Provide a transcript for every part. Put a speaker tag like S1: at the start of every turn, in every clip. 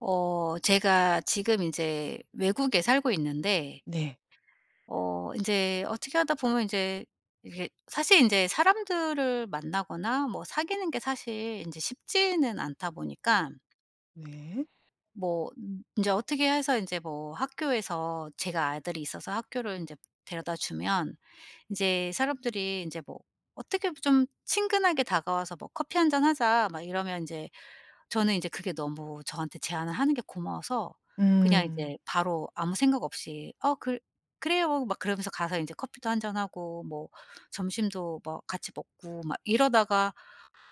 S1: 어 제가 지금 이제 외국에 살고 있는데
S2: 네.
S1: 어 이제 어떻게 하다 보면 이제 이게 사실 이제 사람들을 만나거나 뭐 사귀는 게 사실 이제 쉽지는 않다 보니까
S2: 네.
S1: 뭐제 어떻게 해서 이제 뭐 학교에서 제가 아들이 있어서 학교를 이제 데려다 주면 이제 사람들이 이제 뭐 어떻게 좀 친근하게 다가와서 뭐 "커피 한 잔 하자." 막 이러면 이제 저는 이제 그게 너무 저한테 제안을 하는 게 고마워서 그냥
S2: 음.
S1: 이제 바로 아무 생각 없이 "어 그래요." 막 그러면서 가서 인제 커피도 한 잔 하고 뭐 점심도 뭐 같이 먹고 막 이러다가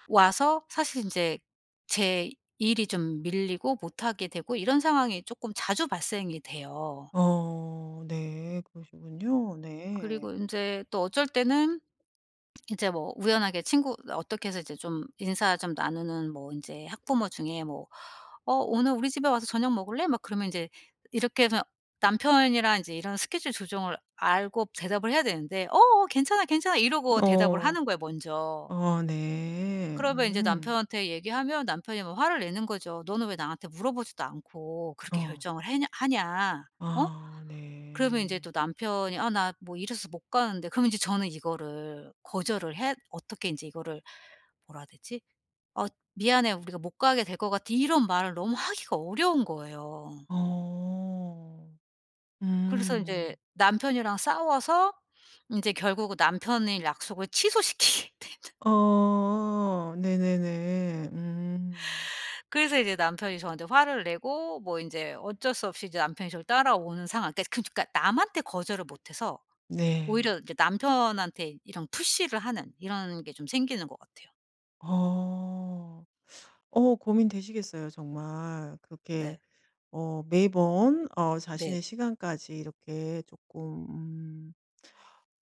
S1: 와서 사실 인제 제 일이 좀 밀리고 못 하게 되고 이런 상황이 쪼끔 자주 발생이 돼요.
S2: 어 네. 그러시군요. 네.
S1: 그리고 인제 또 어쩔 때는 이제 뭐 우연하게 친구 어떻게 해서 이제 좀 인사 좀 나누는 뭐 인제 학부모 중에 뭐 "어 오늘 우리 집에 와서 저녁 먹을래?" 막 그러면 이제 이렇게 해서 남편이랑 이제 이런 스케줄 조정을 알고 대답을 해야 되는데 "어어 괜찮아, 괜찮아." 이러고 대답을
S2: 어.
S1: 하는 거예요 먼저.
S2: 어 네.
S1: 그러면 이제
S2: 음.
S1: 남편한테 얘기하면 남편이 막 화를 내는 거죠. "너는 왜 나한테 물어보지도 않고 그렇게
S2: 어.
S1: 결정을 해냐 하냐? 어?"
S2: 아
S1: 그러면 이제
S2: 네.
S1: 또 남편이 "아 나 뭐 이래서 못 가는데." 그러면 이제 저는 이거를 거절을 해 어떻게 이제 이거를 뭐라 해야 되지? "어 미안해. 우리가 못 가게 될 것 같아." 이런 말을 너무 하기가 어려운 거예요.
S2: 어.
S1: 그래서 이제
S2: 음.
S1: 남편이랑 싸워서 인제 결국 남편이 약속을 취소시키게 된
S2: 어. 네네네. 음.
S1: 그래서 이제 남편이 저한테 화를 내고 뭐 인제 어쩔 수 없이 이제 남편이 저를 따라오는 상황 그러니까 그러니까 남한테 거절을 못 해서
S2: 네.
S1: 오히려 이제 남편한테 이런 푸시를 하는 이런 게 좀 생기는 것 같아요.
S2: 어. 고민되시겠어요 정말. 그렇게
S1: 네.
S2: 매번
S1: 네.
S2: 자신의 시간까지 이렇게 조금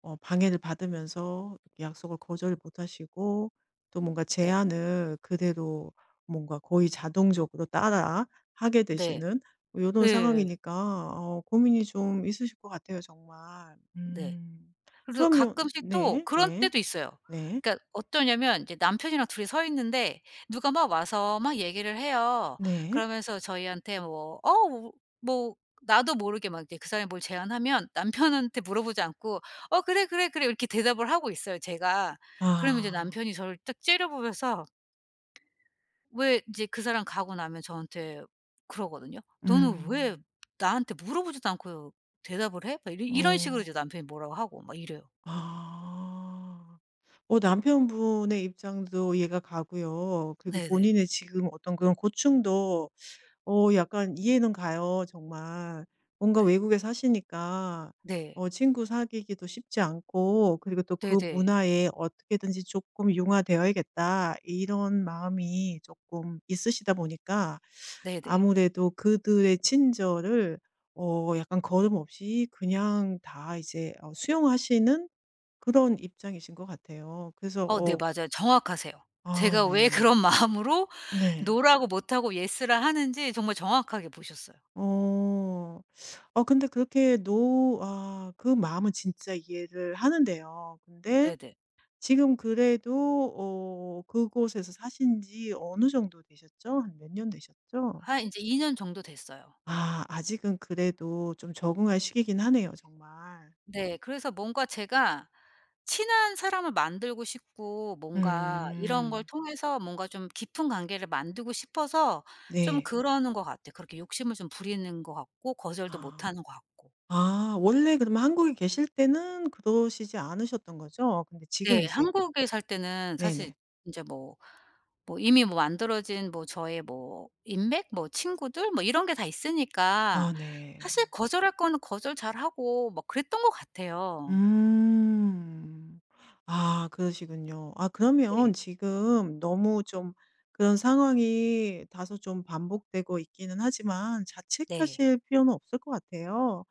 S2: 방해를 받으면서 이렇게 약속을 거절 못하시고 또 뭔가
S1: 네.
S2: 제안을 그대로 뭔가 거의 자동적으로 따라 하게
S1: 네.
S2: 되시는 이
S1: 네.
S2: 런
S1: 예.
S2: 상황이니까 고민이 좀 있으실 것 같아요 정말.
S1: 네.
S2: 음.
S1: 그래서
S2: 그러면
S1: 가끔씩 또
S2: 네.
S1: 그런
S2: 네.
S1: 때도 있어요.
S2: 네.
S1: 그러니까 어떠냐면 이제 남편이랑 둘이 서 있는데 누가 막 와서 막 얘기를 해요.
S2: 네.
S1: 그러면서 저희한테 뭐 어 뭐 나도 모르게 막 이제 그 사람이 뭘 제안하면 남편한테 물어보지 않고 "어 그래, 그래, 그래." 이렇게 대답을 하고 있어요 제가. 그러면 이제
S2: 아.
S1: 남편이 저를 딱 째려보면서 왜 이제 그 사람 가고 나면 저한테 그러거든요. "너는 왜
S2: 음.
S1: 나한테 물어보지도 않고 대답을 해?" 막 이런 이런 식으로 이제
S2: 어.
S1: 남편이 뭐라고 하고 막 이래요.
S2: 아. 남편분의 입장도 이해가 가고요. 그리고
S1: 네네.
S2: 본인의 지금 어떤 그런 고충도 약간 이해는 가요 정말. 뭔가
S1: 네.
S2: 외국에 사시니까
S1: 네.
S2: 친구 사귀기도 쉽지 않고 그리고 또 '그
S1: 네네.
S2: 문화에 어떻게든지 조금 융화되어야겠다.' 이런 마음이 조금 있으시다 보니까
S1: 네네.
S2: 아무래도 그들의 친절을 약간 거름 없이 그냥 다 이제 수용하시는 그런 입장이신 것 같아요. 그래서
S1: 어 네 맞아요. 정확하세요.
S2: 아
S1: 제가 왜
S2: 네.
S1: 그런 마음으로
S2: 네.
S1: 노라고 못하고 yes라 하는지 정말 정확하게 보셨어요.
S2: 어. 근데 그렇게 노 아 그 마음은 진짜 이해를 하는데요. 근데
S1: 네네.
S2: 지금 그래도 그곳에서 사신 지 어느 정도 되셨죠? 한 몇 년 되셨죠?
S1: 한 인제 2년 정도 됐어요.
S2: 아 아직은 그래도 좀 적응할 시기긴 하네요 정말.
S1: 네. 그래서 뭔가 제가 친한 사람을 만들고 싶고 뭔가 이런 걸
S2: 음.
S1: 통해서 뭔가 좀 깊은 관계를 만들고 싶어서 좀
S2: 네.
S1: 그러는 것 같아요. 그렇게 욕심을 좀 부리는 것 같고 거절도
S2: 아.
S1: 못하는 것 같고.
S2: 아 원래 그러면 한국에 계실 때는 그러시지 않으셨던 거죠? 근데 지금
S1: 네.
S2: 이제
S1: 한국에 살 때는 사실
S2: 네네.
S1: 인제 뭐 뭐 이미 뭐 만들어진 뭐 저의 뭐 인맥 뭐 친구들 뭐 이런 게 다 있으니까
S2: 아 네.
S1: 사실 거절할 거는 거절 잘하고 막 그랬던 것 같아요.
S2: 음. 아 그러시군요. 아
S1: 네.
S2: 그러면 지금 너무 좀 그런 상황이 다소 좀 반복되고 있기는 하지만
S1: 네.
S2: 자책하실 필요는 없을 것 같아요.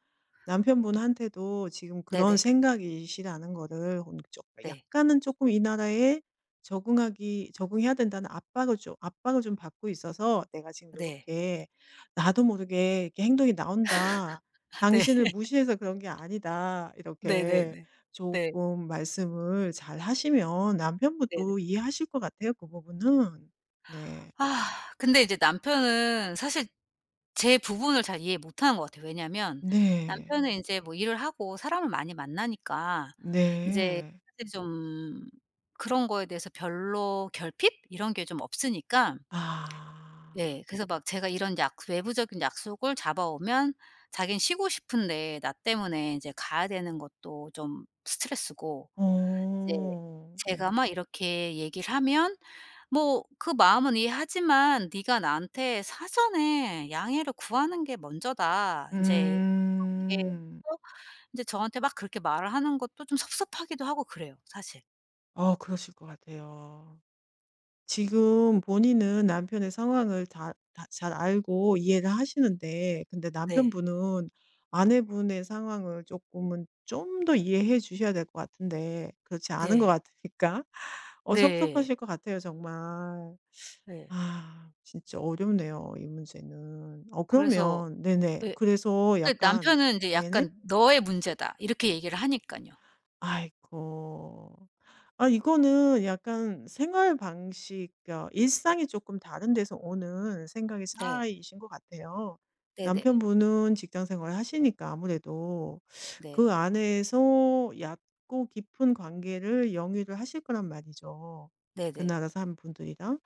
S2: 남편분한테도 지금 그런
S1: 네네.
S2: 생각이시라는 거를
S1: 네.
S2: 약간은 조금 이 나라에 적응하기 적응해야 된다는 압박을 좀 받고 있어서 '내가 지금 이렇
S1: 네.
S2: 게 나도 모르게 이렇게 행동이 나온다.
S1: 네.
S2: 당신을 무시해서 그런 게 아니다.' 이렇게
S1: 네네네. 네.
S2: 조금 말씀을 잘하시면
S1: 네네.
S2: 남편분도 이해하실 것 같아요, 그 부분은. 네.
S1: 아 근데 이제 남편은 사실 제 부분을 잘 이해 못 하는 것 같아요. 왜냐면
S2: 네.
S1: 남편은 이제 뭐 일을 하고 사람을 많이 만나니까 이제
S2: 네.
S1: 사실 좀 그런 거에 대해서 별로 결핍 이런 게 좀 없으니까
S2: 아.
S1: 네. 그래서 막 제가 이런 약 외부적인 약속을 잡아오면 자기는 쉬고 싶은데 나 때문에 인제 가야 되는 것도 좀 스트레스고 이제
S2: 어.
S1: 제가
S2: 음.
S1: 막 이렇게 얘기를 하면 뭐 그 마음은 이해하지만 "네가 나한테 사전에 양해를 구하는 게 먼저다." 인제 이렇게
S2: 음.
S1: 해서 인제 저한테 막 그렇게 말을 하는 것도 좀 섭섭하기도 하고 그래요 사실.
S2: 그러실 것 같아요. 지금 본인은 남편의 상황을 다 잘 알고 이해를 하시는데 근데
S1: 네.
S2: 남편분은 아내분의 상황을 조금은 좀 더 이해해 주셔야 될 것 같은데 그렇지 않은 것
S1: 네.
S2: 같으니까
S1: 네.
S2: 섭섭하실 것 같아요 정말.
S1: 예.
S2: 아 진짜 어렵네요 이 문제는.
S1: 그래서
S2: 그러면 네네.
S1: 예
S2: 그래서
S1: 그
S2: 약간
S1: 남편은 이제
S2: 네네?
S1: 약간 "너의 문제다." 이렇게 얘기를 하니깐요.
S2: 아이고. 아 이거는 약간 생활 방식 일상이 조금 다른 데서 오는 생각의
S1: 네.
S2: 차이이신 것 같아요.
S1: 네네.
S2: 남편분은 직장 생활을 하시니까 아무래도
S1: 네.
S2: 그 안에서 얕고 깊은 관계를 영위를 하실 거란 말이죠, 그
S1: 네네.
S2: 나라 사는 분들이랑.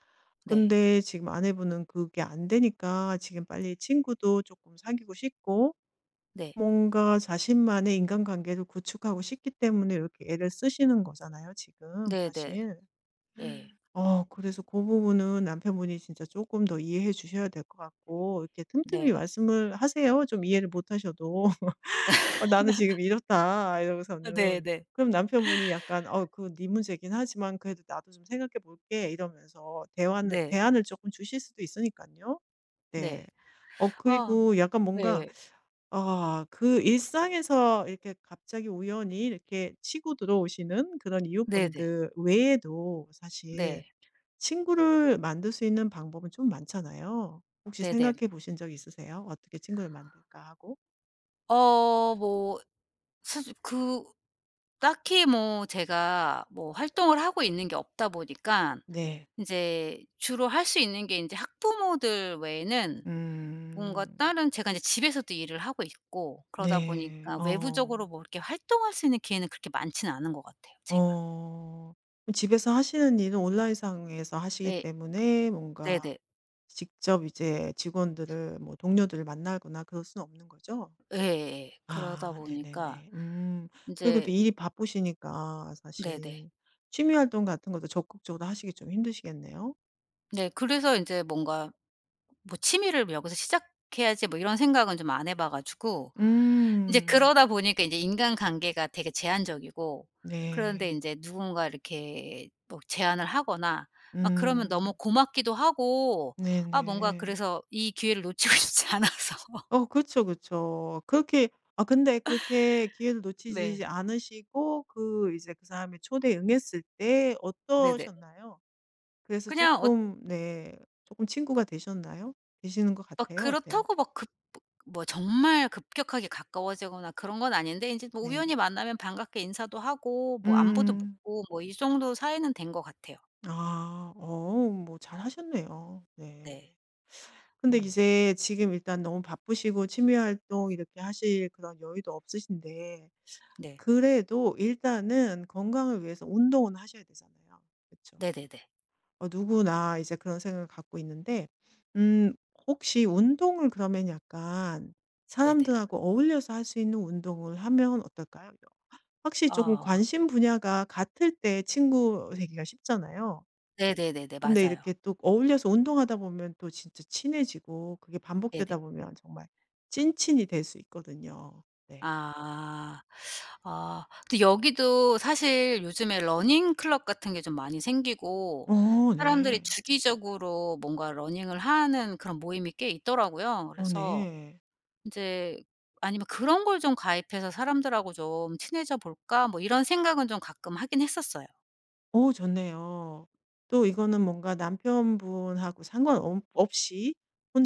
S1: 네.
S2: 근데 지금 아내분은 그게 안 되니까 지금 빨리 친구도 조금 사귀고 싶고
S1: 네.
S2: 뭔가 자신만의 인간관계를 구축하고 싶기 때문에 이렇게 애를 쓰시는 거잖아요, 지금
S1: 네네.
S2: 사실.
S1: 예.
S2: 그래서 그 부분은 남편분이 진짜 조금 더 이해해 주셔야 될 것 같고 이렇게 틈틈이
S1: 네.
S2: 말씀을 하세요. 좀 이해를 못 하셔도 "어 나는 지금 이렇다."
S1: 아
S2: 이러고서는.
S1: 네네.
S2: 그럼 남편분이 약간 "어 그 네 문제긴 하지만 그래도 나도 좀 생각해 볼게." 이러면서
S1: 네.
S2: 대안을 조금 주실 수도 있으니까요. 네.
S1: 네. 아
S2: 그리고 약간 뭔가
S1: 네.
S2: 아 그 일상에서 이렇게 갑자기 우연히 이렇게 치고 들어오시는 그런
S1: 네네.
S2: 이웃분들 외에도 사실
S1: 네.
S2: 친구를 만들 수 있는 방법은 좀 많잖아요. 혹시
S1: 네네.
S2: 생각해 보신 적 있으세요? '어떻게 친구를 만들까?' 하고.
S1: 어 뭐 사실 그 딱히 뭐 제가 뭐 활동을 하고 있는 게 없다 보니깐
S2: 네.
S1: 인제 주로 할 수 있는 게 인제 학부모들 외에는 뭔가
S2: 음.
S1: 다른 제가 이제 집에서도 일을 하고 있고 그러다
S2: 네.
S1: 보니까 외부적으로
S2: 어.
S1: 뭐 이렇게 활동할 수 있는 기회는 그렇게 많지는 않은 것 같아요 제가.
S2: 어. 집에서 하시는 일은 온라인상에서 하시기
S1: 네.
S2: 때문에 뭔가
S1: 네네.
S2: 직접 이제 직원들을 뭐 동료들을 만나거나 그럴 수는 없는 거죠?
S1: 예예 예. 그러다
S2: 아
S1: 보니까
S2: 네네네. 음. 그리고 또
S1: 인제
S2: 일이 바쁘시니까
S1: 네네.
S2: 사실 취미 활동 같은 것도 적극적으로 하시기 좀 힘드시겠네요.
S1: 네 그래서 인제 뭔가 뭐 '취미를 여기서 시작해야지.' 뭐 이런 생각은 좀 안 해봐 가지고 이제
S2: 음.
S1: 그러다 보니까 인제 인간관계가 되게 제한적이고 그런데
S2: 네.
S1: 인제 누군가 이렇게 뭐 제안을 하거나 막 그러면 너무
S2: 음.
S1: 고맙기도 하고 아 뭔가
S2: 네네.
S1: 그래서 이 기회를 놓치고 싶지 않아서
S2: 그쵸, 그쵸. 그렇게 아 근데 그렇게 기회를
S1: 네.
S2: 놓치지 않으시고 그 이제 그 사람이 초대에 응했을 때
S1: 네네.
S2: 어떠셨나요? 그래서
S1: 그냥 어
S2: 조금 네 조금 친구가 되셨나요? 되시는 것
S1: 막
S2: 같아요? 어때요?
S1: 그렇다고 막 급 뭐 정말 급격하게 가까워지거나 그런 건 아닌데 인제 뭐
S2: 네.
S1: 우연히 만나면 반갑게 인사도 하고 뭐 안부도
S2: 음.
S1: 묻고 뭐 이 정도 사이는 된 것 같아요.
S2: 아. 뭐 잘하셨네요.
S1: 네.
S2: 네. 근데
S1: 음.
S2: 이제 지금 일단 너무 바쁘시고 취미 활동 이렇게 하실 그런 여유도 없으신데
S1: 네.
S2: 그래도 일단은 건강을 위해서 운동은 하셔야 되잖아요. 그렇죠.
S1: 네네네.
S2: 누구나 이제 그런 생각을 갖고 있는데 음 혹시 운동을 그러면 약간
S1: 네네.
S2: 사람들하고 어울려서 할 수 있는 운동을 하면 어떨까요? 확실히 조금
S1: 아.
S2: 관심 분야가 같을 때 친구 되기가 쉽잖아요.
S1: 네네네네.
S2: 근데
S1: 맞아요.
S2: 이렇게 또 어울려서 운동하다 보면 또 진짜 친해지고 그게
S1: 네네.
S2: 반복되다 보면 정말 찐친이 될 수 있거든요. 네.
S1: 아. 아 근데 여기도 사실 요즘에 러닝 클럽 같은 게 좀 많이 생기고
S2: 어
S1: 사람들이
S2: 네.
S1: 주기적으로 뭔가 러닝을 하는 그런 모임이 꽤 있더라고요.
S2: 어
S1: 그래서
S2: 네.
S1: 인제 아니면 '그런 걸 좀 가입해서 사람들하고 좀 친해져 볼까?' 뭐 이런 생각은 좀 가끔 하긴 했었어요.
S2: 좋네요. 또 이거는 뭔가 남편분하고 상관없 이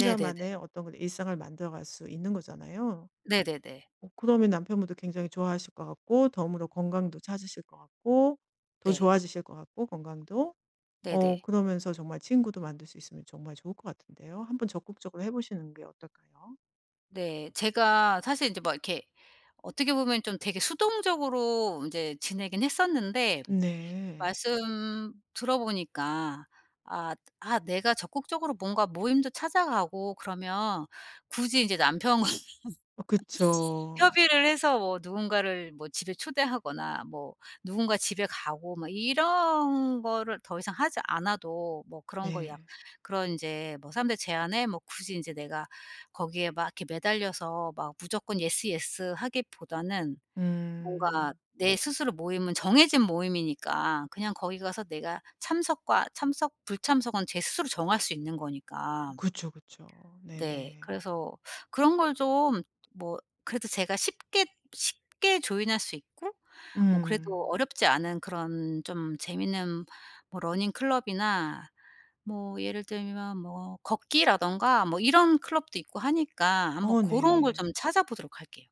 S1: 네네네.
S2: 어떤 그런 일상을 만들어갈 수 있는 거잖아요.
S1: 네네네.
S2: 그러면 남편분도 굉장히 좋아하실 것 같고 더불어 건강도 찾으실 것 같고 더
S1: 네.
S2: 좋아지실 것 같고 건강도.
S1: 네네.
S2: 그러면서 정말 친구도 만들 수 있으면 정말 좋을 것 같은데요. 한번 적극적으로 해 보시는 게 어떨까요?
S1: 네. 제가 사실 인제 막 이렇게 어떻게 보면 좀 되게 수동적으로 인제 지내긴 했었는데
S2: 네.
S1: 말씀 들어보니까 아 아 내가 적극적으로 뭔가 모임도 찾아가고 그러면 굳이 이제 남편과
S2: 어 그쵸.
S1: 협의를 해서 뭐 누군가를 뭐 집에 초대하거나 뭐 누군가 집에 가고 막 이런 거를 더 이상 하지 않아도 뭐 그런 거 약
S2: 네.
S1: 그런 이제 뭐 사람들 제안에 뭐 굳이 이제 내가 거기에 막 이렇게 매달려서 막 무조건 예스 예스 하기보다는 뭔가
S2: 음.
S1: 내 스스로 모임은 정해진 모임이니까 그냥 거기 가서 내가 참석과 참석 불참석은 제 스스로 정할 수 있는 거니까.
S2: 그쵸, 그쵸.
S1: 네.
S2: 네네.
S1: 그래서 그런 걸 좀 뭐 그래도 제가 쉽게 조인할 수 있고 뭐 그래도
S2: 음.
S1: 어렵지 않은 그런 좀 재미있는 뭐 러닝 클럽이나 뭐 예를 들면 뭐 걷기라든가 뭐 이런 클럽도 있고 하니까 한번
S2: 어
S1: 고런 걸 좀
S2: 네.
S1: 찾아보도록 할게요.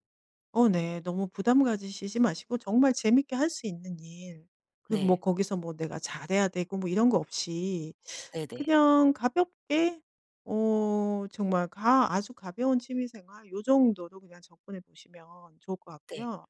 S2: 어 네. 너무 부담 가지시지 마시고 정말 재밌게 할 수 있는 일, 그리고 뭐
S1: 네.
S2: 거기서 뭐 내가 잘해야 되고 뭐 이런 거 없이
S1: 네네.
S2: 그냥 가볍게 정말 가 아주 가벼운 취미 생활 요 정도로 그냥 접근해 보시면 좋을 것
S1: 네.
S2: 같고요.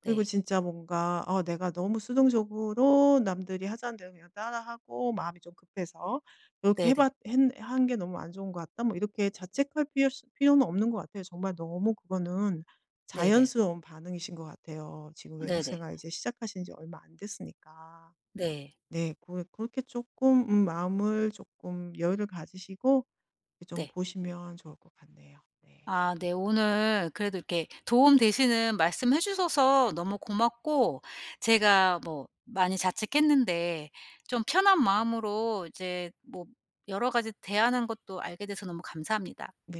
S2: 그리고
S1: 네.
S2: 진짜 뭔가 내가 너무 수동적으로 남들이 하자는 대로 그냥 따라하고 마음이 좀 급해서 이렇게 해
S1: 네네.
S2: 봤 한 게 너무 안 좋은 것 같다. 뭐 이렇게 자책할 필요는 없는 것 같아요. 정말 너무 그거는
S1: 네네.
S2: 자연스러운 반응이신 것 같아요. 지금 외국
S1: 네네.
S2: 생활 이제 시작하신 지 얼마 안 됐으니까.
S1: 네.
S2: 네. 그렇게 조금 마음을 조금 여유를 가지시고 좀
S1: 네.
S2: 보시면 좋을 것 같네요. 네.
S1: 아 네. 오늘 그래도 이렇게 도움 되시는 말씀해 주셔서 너무 고맙고 제가 뭐 많이 자책했는데 좀 편한 마음으로 이제 뭐 여러 가지 대하는 것도 알게 돼서 너무 감사합니다.
S2: 네.